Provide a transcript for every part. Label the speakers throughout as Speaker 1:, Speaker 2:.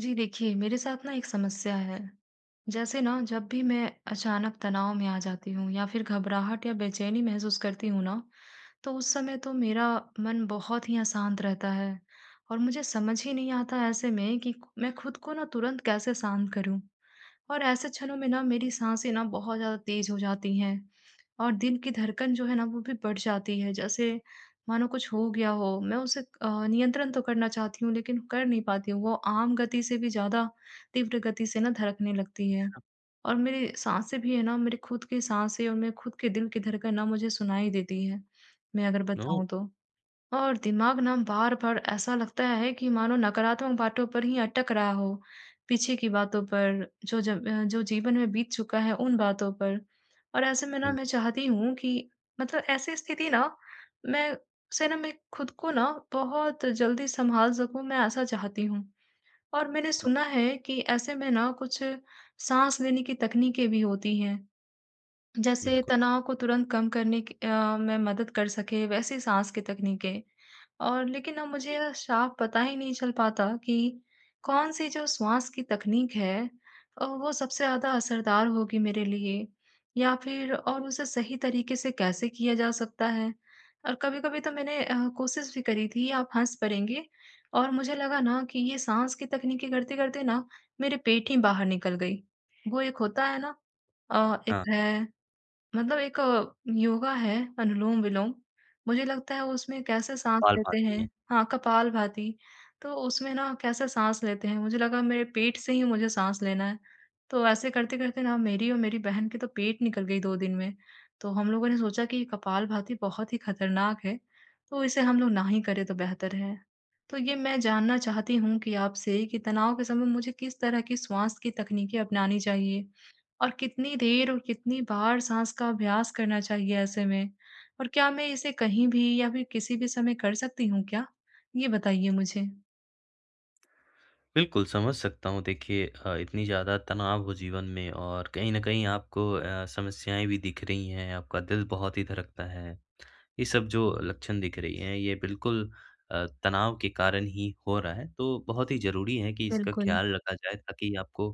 Speaker 1: जी देखिए, मेरे साथ ना एक समस्या है। जैसे ना जब भी मैं अचानक तनाव में आ जाती हूँ या फिर घबराहट या बेचैनी महसूस करती हूँ ना, तो उस समय तो मेरा मन बहुत ही अशांत रहता है और मुझे समझ ही नहीं आता ऐसे में कि मैं खुद को ना तुरंत कैसे शांत करूँ। और ऐसे क्षणों में ना मेरी सांसें ना बहुत ज़्यादा तेज़ हो जाती हैं और दिल की धड़कन जो है ना वो भी बढ़ जाती है। जैसे मानो कुछ हो गया हो, मैं उसे नियंत्रण तो करना चाहती हूँ लेकिन कर नहीं पाती हूँ। वो आम गति से भी ज़्यादा तीव्र गति से ना धड़कने लगती है। और मेरी साँसें भी है ना मेरे खुद की साँसें और मेरे खुद के दिल की धड़कन ना मुझे सुनाई देती है, मैं अगर
Speaker 2: ओह!
Speaker 1: बताऊँ तो। और दिमाग ना बार-बार ऐसा लगता है कि मानो नकारात्मक बातों पर ही अटक रहा हो, पीछे की बातों पर, जो जीवन में बीत चुका है उन बातों पर। और ऐसे में ना
Speaker 2: हुँ,
Speaker 1: मैं चाहती हूँ कि मतलब ऐसी स्थिति ना मैं मैं खुद को ना बहुत जल्दी सँभाल सकूँ, मैं ऐसा चाहती हूँ। और मैंने
Speaker 2: हुँ,
Speaker 1: सुना है कि ऐसे में ना कुछ साँस लेने की तकनीकें भी होती हैं। जैसे
Speaker 2: बिल्कुल।
Speaker 1: तनाव को तुरंत कम करने की में मदद कर सके वैसी सांस की तकनीकें और लेकिन अब मुझे यह साफ पता ही नहीं चल पाता कि कौन सी जो श्वास की तकनीक है, वो सबसे ज़्यादा असरदार होगी मेरे लिए या फिर और उसे सही तरीके से कैसे किया जा सकता है। और कभी-कभी तो मैंने कोशिश भी करी थी, आप हंस पड़ेंगे, और मुझे लगा ना कि ये सांस की तकनीकें करते-करते ना मेरे पेट ही बाहर निकल गई। वो एक होता है ना, एक
Speaker 2: हाँ,
Speaker 1: है, मतलब एक योगा है अनुलोम-विलोम, मुझे लगता है उसमें कैसे साँस
Speaker 2: पाल
Speaker 1: लेते हैं।
Speaker 2: पाती हैं।
Speaker 1: हाँ, कपालभाति, तो उसमें ना कैसे साँस लेते हैं, मुझे लगा मेरे पेट से ही मुझे साँस लेना है। तो ऐसे करते-करते ना मेरी और मेरी बहन की तो पेट निकल गई 2 दिन में, तो हम लोगों ने सोचा कि कपालभाति बहुत ही खतरनाक है, तो इसे हम लोग ना ही करें तो बेहतर है। तो ये मैं जानना चाहती हूँ कि आपसे कि तनाव के समय मुझे किस तरह की श्वास की तकनीकें अपनानी चाहिए? और कितनी देर और कितनी बार साँस का अभ्यास करना चाहिए ऐसे में? और क्या मैं इसे कहीं भी या फिर किसी भी समय कर सकती हूँ क्या? ये बताइए मुझे।
Speaker 2: बिल्कुल, समझ सकता हूँ। देखिए इतनी ज़्यादा तनाव हो जीवन में और कहीं न कहीं आपको समस्याएँ भी दिख रही हैं, आपका दिल बहुत ही धड़कता है। ये सब जो लक्षण दिख रही हैं, ये बिल्कुल तनाव के कारण ही हो रहा है, तो बहुत ही ज़रूरी है कि इसका
Speaker 1: बिल्कुल।
Speaker 2: ख़्याल रखा जाए ताकि आपको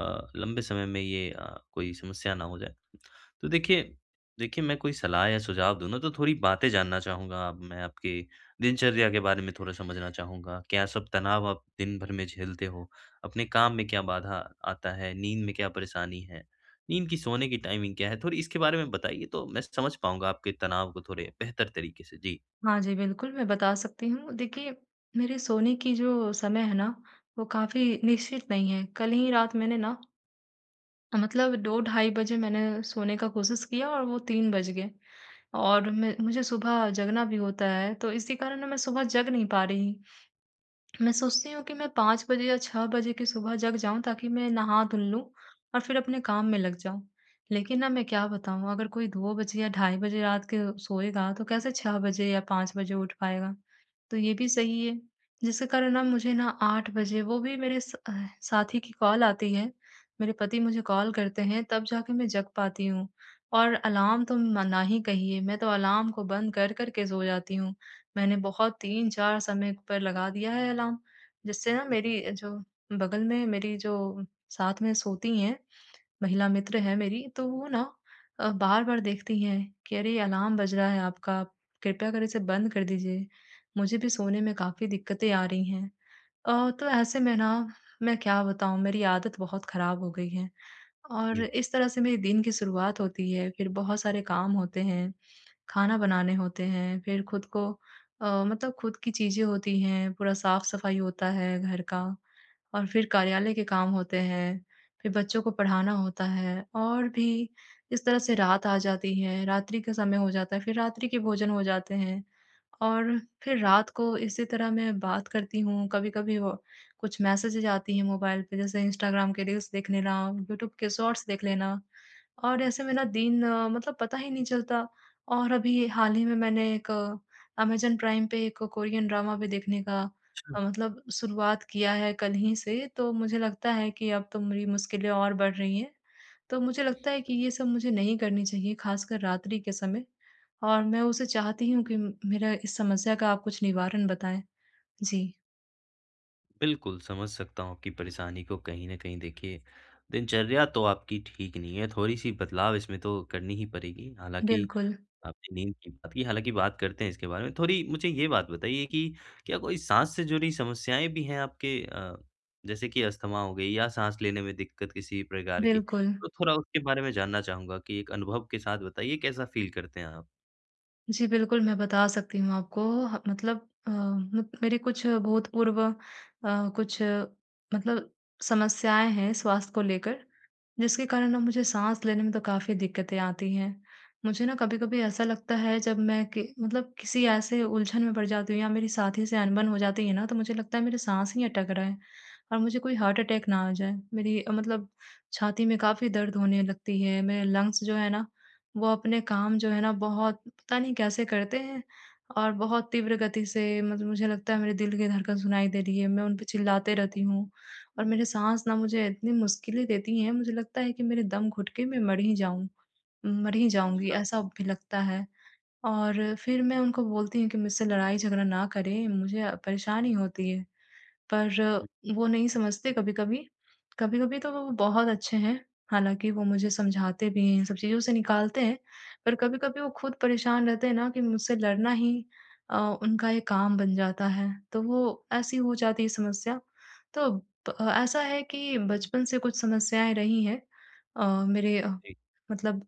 Speaker 2: लंबे समय में ये कोई समस्या ना हो जाए। तो देखिए देखिए, मैं कोई सलाह या सुझाव दूँ ना तो थोड़ी बातें जानना चाहूँगा। अब मैं आपकी दिनचर्या के बारे में थोड़ा समझना चाहूँगा। क्या सब तनाव आप दिन भर में झेलते हो? अपने काम में क्या बाधा आता है? नींद में क्या परेशानी है? नींद की सोने की टाइमिंग क्या है? थोड़ी इसके बारे में बताइए तो मैं समझ पाऊँगा आपके तनाव को थोड़े बेहतर तरीके से। जी।
Speaker 1: हाँ जी, बिल्कुल, मैं बता सकती हूँ। देखिए, मेरे सोने की जो समय है ना, वो काफ़ी निश्चित नहीं है। कल ही रात मैंने ना मतलब 2 ढाई बजे मैंने सोने का कोशिश किया और वो 3 बज गए और मैं मुझे सुबह जगना भी होता है, तो इसी कारण ना मैं सुबह जग नहीं पा रही। मैं सोचती हूँ कि मैं 5 बजे या 6 बजे की सुबह जग जाऊँ ताकि मैं नहा-धुल लूँ और फिर अपने काम में लग जाऊँ। लेकिन ना मैं क्या बताऊँ, अगर कोई 2 बजे या ढाई बजे रात के सोएगा तो कैसे 6 बजे या 5 बजे उठ पाएगा? तो ये भी सही है। जिसके कारण ना मुझे ना 8 बजे, वो भी मेरे साथी की कॉल आती है। मेरे पति मुझे कॉल करते हैं तब जाके मैं जग पाती हूँ और अलार्म तो म ना ही कहिए, मैं तो अलार्म को बंद कर, कर के सो जाती हूँ। मैंने बहुत 3-4 समय पर लगा दिया है अलार्म, जिससे ना मेरी जो बगल में मेरी जो साथ में सोती हैं, महिला मित्र है मेरी, तो वो ना बार-बार देखती हैं कि अरे! अलार्म बज रहा है आपका, कृपया कर इसे बंद कर दीजिए। मुझे भी सोने में काफ़ी दिक्कतें आ रही हैं। अ, तो ऐसे में ना मैं क्या बताऊँ, मेरी आदत बहुत ख़राब हो गई है और
Speaker 2: जी।
Speaker 1: इस तरह से मेरे दिन की शुरुआत होती है, फिर बहुत सारे काम होते हैं। खाना बनाने होते हैं, फिर खुद को, मतलब खुद की चीज़ें होती हैं, पूरा साफ-सफाई होता है घर का और फिर कार्यालय के काम होते हैं, फिर बच्चों को पढ़ाना होता है और भी, इस तरह से रात आ जाती है, रात्रि का समय हो जाता है, फिर रात्रि के भोजन हो जाते हैं और फिर रात को इसी तरह मैं बात करती हूँ। कभी-कभी वो कुछ मैसेजेज आती हैं मोबाइल पे, जैसे इंस्टाग्राम के रील्स देख लेना, यूट्यूब के शॉर्ट्स देख लेना। और ऐसे मेरा दिन, मतलब पता ही नहीं चलता और अभी हाल ही में मैंने एक अमेज़न प्राइम पे एक कोरियन ड्रामा भी देखने का, मतलब शुरुआत किया है कल ही से, तो मुझे लगता है कि अब तो मेरी मुश्किलें और बढ़ रही हैं। तो मुझे लगता है कि ये सब मुझे नहीं करनी चाहिए, ख़ासकर रात्रि के समय, और मैं उसे चाहती हूँ कि मेरा इस समस्या का आप कुछ निवारण बताएँ। जी,
Speaker 2: बिल्कुल, समझ सकता हूँ आपकी परेशानी को। कहीं न कहीं देखिए, दिनचर्या तो आपकी ठीक नहीं है, थोड़ी-सी बदलाव इसमें तो करनी ही पड़ेगी। हालाँकि
Speaker 1: बिल्कुल,
Speaker 2: आपने नींद की बात की, हालाँकि बात करते हैं इसके बारे में। थोड़ी मुझे ये बात बताइए कि क्या कोई साँस से जुड़ी समस्याएँ भी हैं आपके जैसे कि अस्थमा हो गई या साँस लेने में दिक्कत किसी प्रकार की?
Speaker 1: बिल्कुल।
Speaker 2: तो थोड़ा उसके बारे में जानना चाहूँगा कि एक अनुभव के साथ बताइए कैसा फ़ील करते हैं आप?
Speaker 1: जी, बिल्कुल, मैं बता सकती हूँ आपको। ह मतलब, अ, मत मेरे कुछ भूतपूर्व, कुछ, मतलब समस्याएँ हैं स्वास्थ्य को लेकर, जिसके कारण ना मुझे साँस लेने में तो काफ़ी दिक्कतें आती हैं। मुझे ना कभी-कभी ऐसा लगता है जब मैं, कि मतलब किसी ऐसे उलझन में पड़ जाती हूँ या मेरी साथी से अनबन हो जाती है ना, तो मुझे लगता है मेरी साँस ही अटक रहा है और मुझे कोई हार्ट अटैक ना आ जाए। मेरी, मतलब छाती में काफ़ी दर्द होने लगती है, मेरे लंग्स जो है ना, वो अपने काम जो है ना बहुत पता नहीं कैसे करते हैं और बहुत तीव्र गति से, मतलब मुझे लगता है मेरे दिल की धड़कन सुनाई दे रही है, मैं उन पे चिल्लाते रहती हूँ और मेरे साँस ना मुझे इतनी मुश्किलें देती हैं, मुझे लगता है कि मेरे दम घुटके मैं मर ही जाऊँगी,
Speaker 2: अच्छा,
Speaker 1: ऐसा भी लगता है। और फिर मैं उनको बोलती हूँ कि मुझसे लड़ाई झगड़ा ना करें, मुझे परेशानी होती है। पर वो नहीं समझते कभी-कभी। कभी-कभी तो वो बहुत अच्छे हैं, हालाँकि वो मुझे समझाते भी हैं, इन सब चीज़ों से निकालते हैं। पर कभी-कभी वो खुद परेशान रहते हैं ना, कि मुझसे लड़ना ही, अ, उनका ये काम बन जाता है, तो वो ऐसी हो जाती है समस्या। तो प ऐसा है कि बचपन से कुछ समस्याएँ रही हैं, मेरे,
Speaker 2: जी।
Speaker 1: मतलब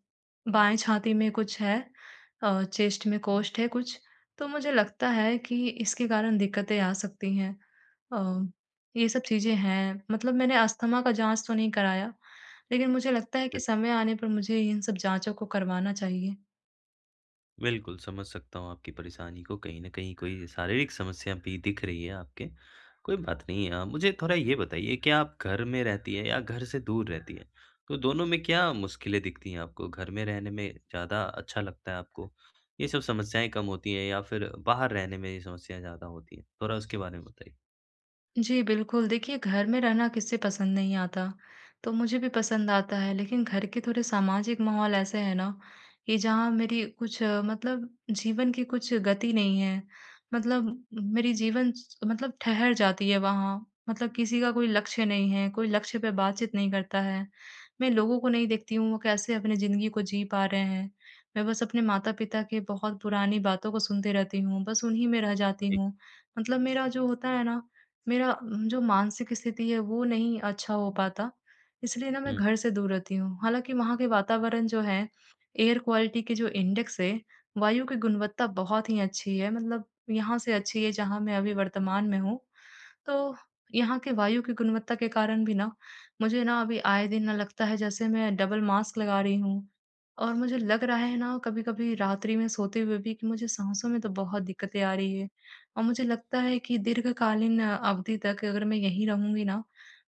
Speaker 1: बाएँ छाती में कुछ है, चेस्ट में कोष्ठ है कुछ, तो मुझे लगता है कि इसके कारण दिक्कतें आ सकती हैं। अ, ये सब चीज़ें हैं। मतलब मैंने अस्थमा का जाँच तो नहीं कराया, लेकिन मुझे लगता है कि
Speaker 2: जी।
Speaker 1: समय आने पर मुझे इन सब जाँचों को करवाना चाहिए।
Speaker 2: बिल्कुल, समझ सकता हूँ आपकी परेशानी को। कहीं न कहीं कोई शारीरिक समस्या भी दिख रही है आपके। कोई बात नहीं मुझे थोड़ा ये बताइए कि आप घर में रहती हैं या घर से दूर रहती हैं? तो दोनों में क्या मुश्किलें दिखती हैं आपको? घर में रहने में ज़्यादा अच्छा लगता है आपको? ये सब समस्याएँ कम होती हैं या फिर बाहर रहने में ये समस्याएँ ज़्यादा होती हैं? थोड़ा उसके बारे में बताइए।
Speaker 1: जी, बिल्कुल। देखिए, घर में रहना किसे पसंद नहीं आता, तो मुझे भी पसंद आता है। लेकिन घर के थोड़े सामाजिक माहौल ऐसे हैं ना कि जहाँ मेरी कुछ, मतलब जीवन की कुछ गति नहीं है। मतलब मेरी जीवन स मतलब ठहर जाती है वहाँ। मतलब किसी का कोई लक्ष्य नहीं है, कोई लक्ष्य पे बातचीत नहीं करता है। मैं लोगों को नहीं देखती हूँ, वो कैसे अपनी ज़िंदगी को जी पा रहे हैं। मैं बस अपने माता-पिता के बहुत पुरानी बातों को सुनते रहती हूँ, बस उन्हीं में रह जाती
Speaker 2: जी।
Speaker 1: हूँ। मतलब मेरा जो होता है ना, मेरा, जो मानसिक स्थिति है वो नहीं अच्छा हो पाता, इसलिए ना मैं
Speaker 2: हुँ।
Speaker 1: घर से दूर रहती हूँ। हालाँकि वहाँ के वातावरण जो है, एयर क्वालिटी के जो इंडेक्स है, वायु की गुणवत्ता बहुत ही अच्छी है। मतलब यहाँ से अच्छी है जहाँ मैं अभी वर्तमान में हूँ। तो यहाँ के वायु की गुणवत्ता के कारण भी ना, मुझे ना अभी आए दिन ना लगता है जैसे मैं डबल मास्क लगा रही हूँ और मुझे लग रहा है ना, कभी कभी रात्रि में सोते हुए भी, कि मुझे सांसों में तो बहुत दिक्कतें आ रही है और मुझे लगता है कि दीर्घकालीन अवधि तक अगर मैं यहीं रहूंगी ना,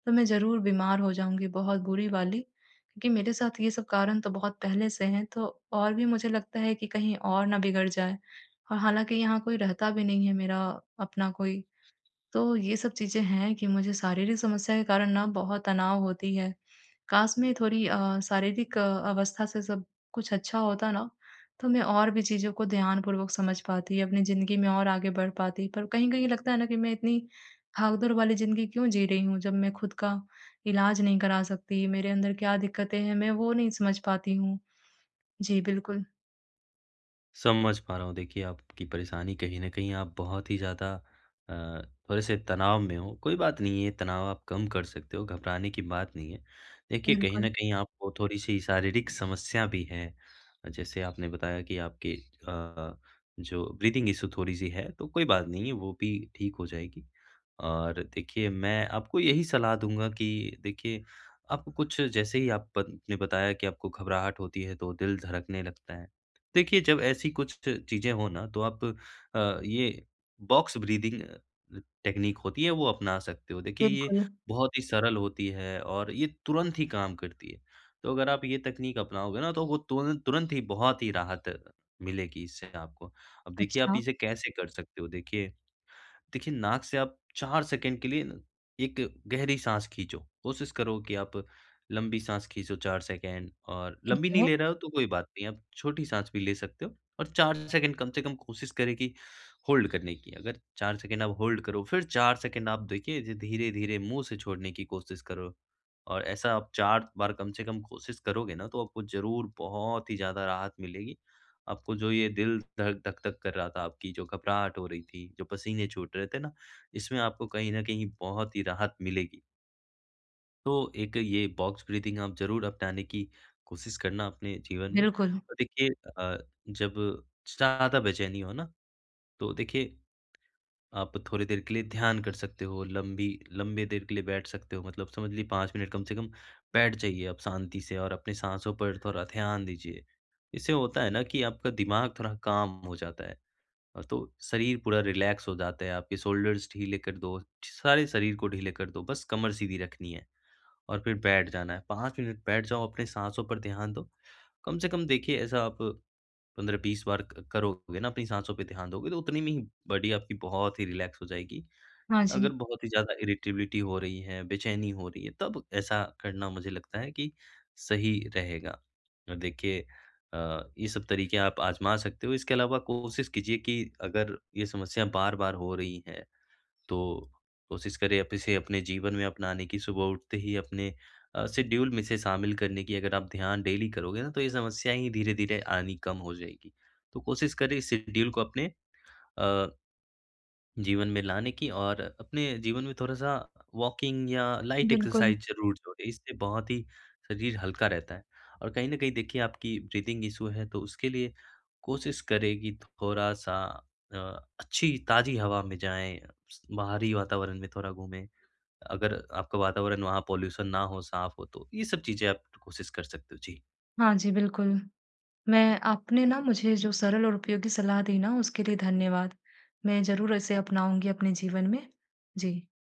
Speaker 1: तो मैं जरूर बीमार हो जाऊंगी बहुत बुरी वाली, क्योंकि मेरे साथ ये सब कारण तो बहुत पहले से हैं, तो और भी मुझे लगता है कि कहीं और ना बिगड़ जाए, और हालांकि यहाँ कोई रहता भी नहीं है मेरा अपना कोई, तो ये सब चीज़ें हैं कि मुझे शारीरिक समस्या के कारण ना बहुत तनाव होती है। काश मैं थोड़ी, शारीरिक, अवस्था से सब कुछ अच्छा होता ना, तो मैं और भी चीज़ों को ध्यानपूर्वक समझ पाती, अपनी ज़िंदगी में और आगे बढ़ पाती। पर कहीं-कहीं लगता है ना कि मैं इतनी भागदौड़ वाली ज़िंदगी क्यों जी रही हूँ, जब मैं खुद का इलाज नहीं करा सकती, मेरे अंदर क्या दिक्कतें हैं, मैं वो नहीं समझ पाती हूँ। जी, बिल्कुल।
Speaker 2: समझ पा रहा हूँ। देखिए, आपकी परेशानी कहीं न कहीं आप बहुत ही ज़्यादा अ, थोड़े-से तनाव में हो। कोई बात नहीं है, ये तनाव आप कम कर सकते हो, घबराने की बात नहीं है। देखिए, कहीं
Speaker 1: बिल्कुल,
Speaker 2: न कहीं आपको थोड़ी-सी शारीरिक समस्या भी है। जैसे आपने बताया कि आपके अ, जो ब्रीथिंग इश्यू थोड़ी-सी है, तो कोई बात नहीं है, वो भी ठीक हो जाएगी। और देखिए, मैं आपको यही सलाह दूँगा कि देखिए, आपको कुछ जैसे ही आप प ने बताया कि आपको घबराहट होती है, तो दिल धड़कने लगता है। देखिए, जब ऐसी कुछ चीज़ें हो ना तो आप ये बॉक्स ब्रीथिंग टेक्नीक होती है वो अपना सकते हो। देखिए ये
Speaker 1: बिल्कुल।
Speaker 2: बहुत ही सरल होती है और ये तुरंत ही काम करती है। तो अगर आप ये तकनीक अपनाओगे ना तो वो तुरंत तुरंत ही बहुत ही राहत मिलेगी इससे आपको। अब देखिए आप
Speaker 1: अच्छा,
Speaker 2: इसे कैसे कर सकते हो देखिए देखिए, नाक से आप 4 सेकंड के लिए न एक गहरी साँस खींचो। कोशिश करो कि आप लंबी साँस खींचो 4 सेकंड और
Speaker 1: ठीक
Speaker 2: लंबी नहीं
Speaker 1: है।
Speaker 2: ले रहे हो तो कोई बात नहीं, आप छोटी साँस भी ले सकते हो और 4 सेकंड कम से कम कोशिश करें कि होल्ड करने की। अगर 4 सेकंड आप होल्ड करो, फिर 4 सेकंड आप देखिए ज धीरे-धीरे मुँह से छोड़ने की कोशिश करो और ऐसा आप 4 बार कम से कम कोशिश करोगे ना, तो आपको ज़रूर बहुत ही ज़्यादा राहत मिलेगी। आपको जो ये दिल धक धक-धक कर रहा था, आपकी जो घबराहट हो रही थी, जो पसीने छूट रहे थे ना, इसमें आपको कहीं न कहीं बहुत ही राहत मिलेगी। तो एक ये बॉक्स ब्रीथिंग आप ज़रूर अपनाने की कोशिश करना अपने जीवन में।
Speaker 1: बिल्कुल।
Speaker 2: और देखिए अ, जब ज़्यादा बेचैनी हो ना, तो देखिए आप थोड़ी देर के लिए ध्यान कर सकते हो, लंबी लंबे देर के लिए बैठ सकते हो, मतलब समझ लीजिए 5 मिनट कम से कम बैठ जाइए आप शांति से और अपनी साँसों पर थोड़ा ध्यान दीजिए। इससे होता है ना कि आपका दिमाग थोड़ा काम हो जाता है। तो शरीर पूरा रिलैक्स हो जाता है, आपके शोल्डर्स ढीले कर दो, सारे शरीर को ढीले कर दो, बस कमर सीधी रखनी है और फिर बैठ जाना है। 5 मिनट बैठ जाओ, अपने साँसों पर ध्यान दो। कम से कम देखिए ऐसा आप 15-20 बार क करोगे ना, अपनी साँसों पे ध्यान दोगे तो उतने में ही बॉडी आपकी बहुत ही रिलैक्स हो जाएगी।
Speaker 1: हाँ जी,
Speaker 2: अगर बहुत ही ज़्यादा इरिटेबिलिटी हो रही है, बेचैनी हो रही है, तब ऐसा करना मुझे लगता है कि सही रहेगा। देखिए अ, ये सब तरीके आप आज़मा सकते हो। इसके अलावा कोशिश कीजिए कि अगर ये समस्या बार-बार हो रही है, तो कोशिश करें आप इसे अपने जीवन में अपनाने की, सुबह उठते ही अपने शेड्यूल में इसे शामिल करने की। अगर आप ध्यान डेली करोगे ना, तो ये समस्या ही धीरे-धीरे आनी कम हो जाएगी। तो कोशिश करें इस शेड्यूल को अपने अ जीवन में लाने की और अपने जीवन में थोड़ा-सा वॉकिंग या लाइट
Speaker 1: बिल्कुल।
Speaker 2: एक्सरसाइज़ ज़रूर जोड़ें, इससे बहुत ही शरीर हल्का रहता है। और कहीं न कहीं देखिए आपकी ब्रीथिंग इश्यू है तो उसके लिए कोशिश करें कि थोड़ा-सा अ, अच्छी ताज़ी हवा में जाएँ, बाहरी वातावरण में थोड़ा घूमें। अगर आपका वातावरण वहाँ पॉल्यूशन ना हो, साफ हो तो ये सब चीज़ें आप कोशिश कर सकते हो। जी।
Speaker 1: हाँ जी, बिल्कुल। मैं आपने ना मुझे जो सरल और उपयोगी सलाह दी ना उसके लिए धन्यवाद। मैं ज़रूर इसे अपनाऊँगी अपने जीवन में। जी।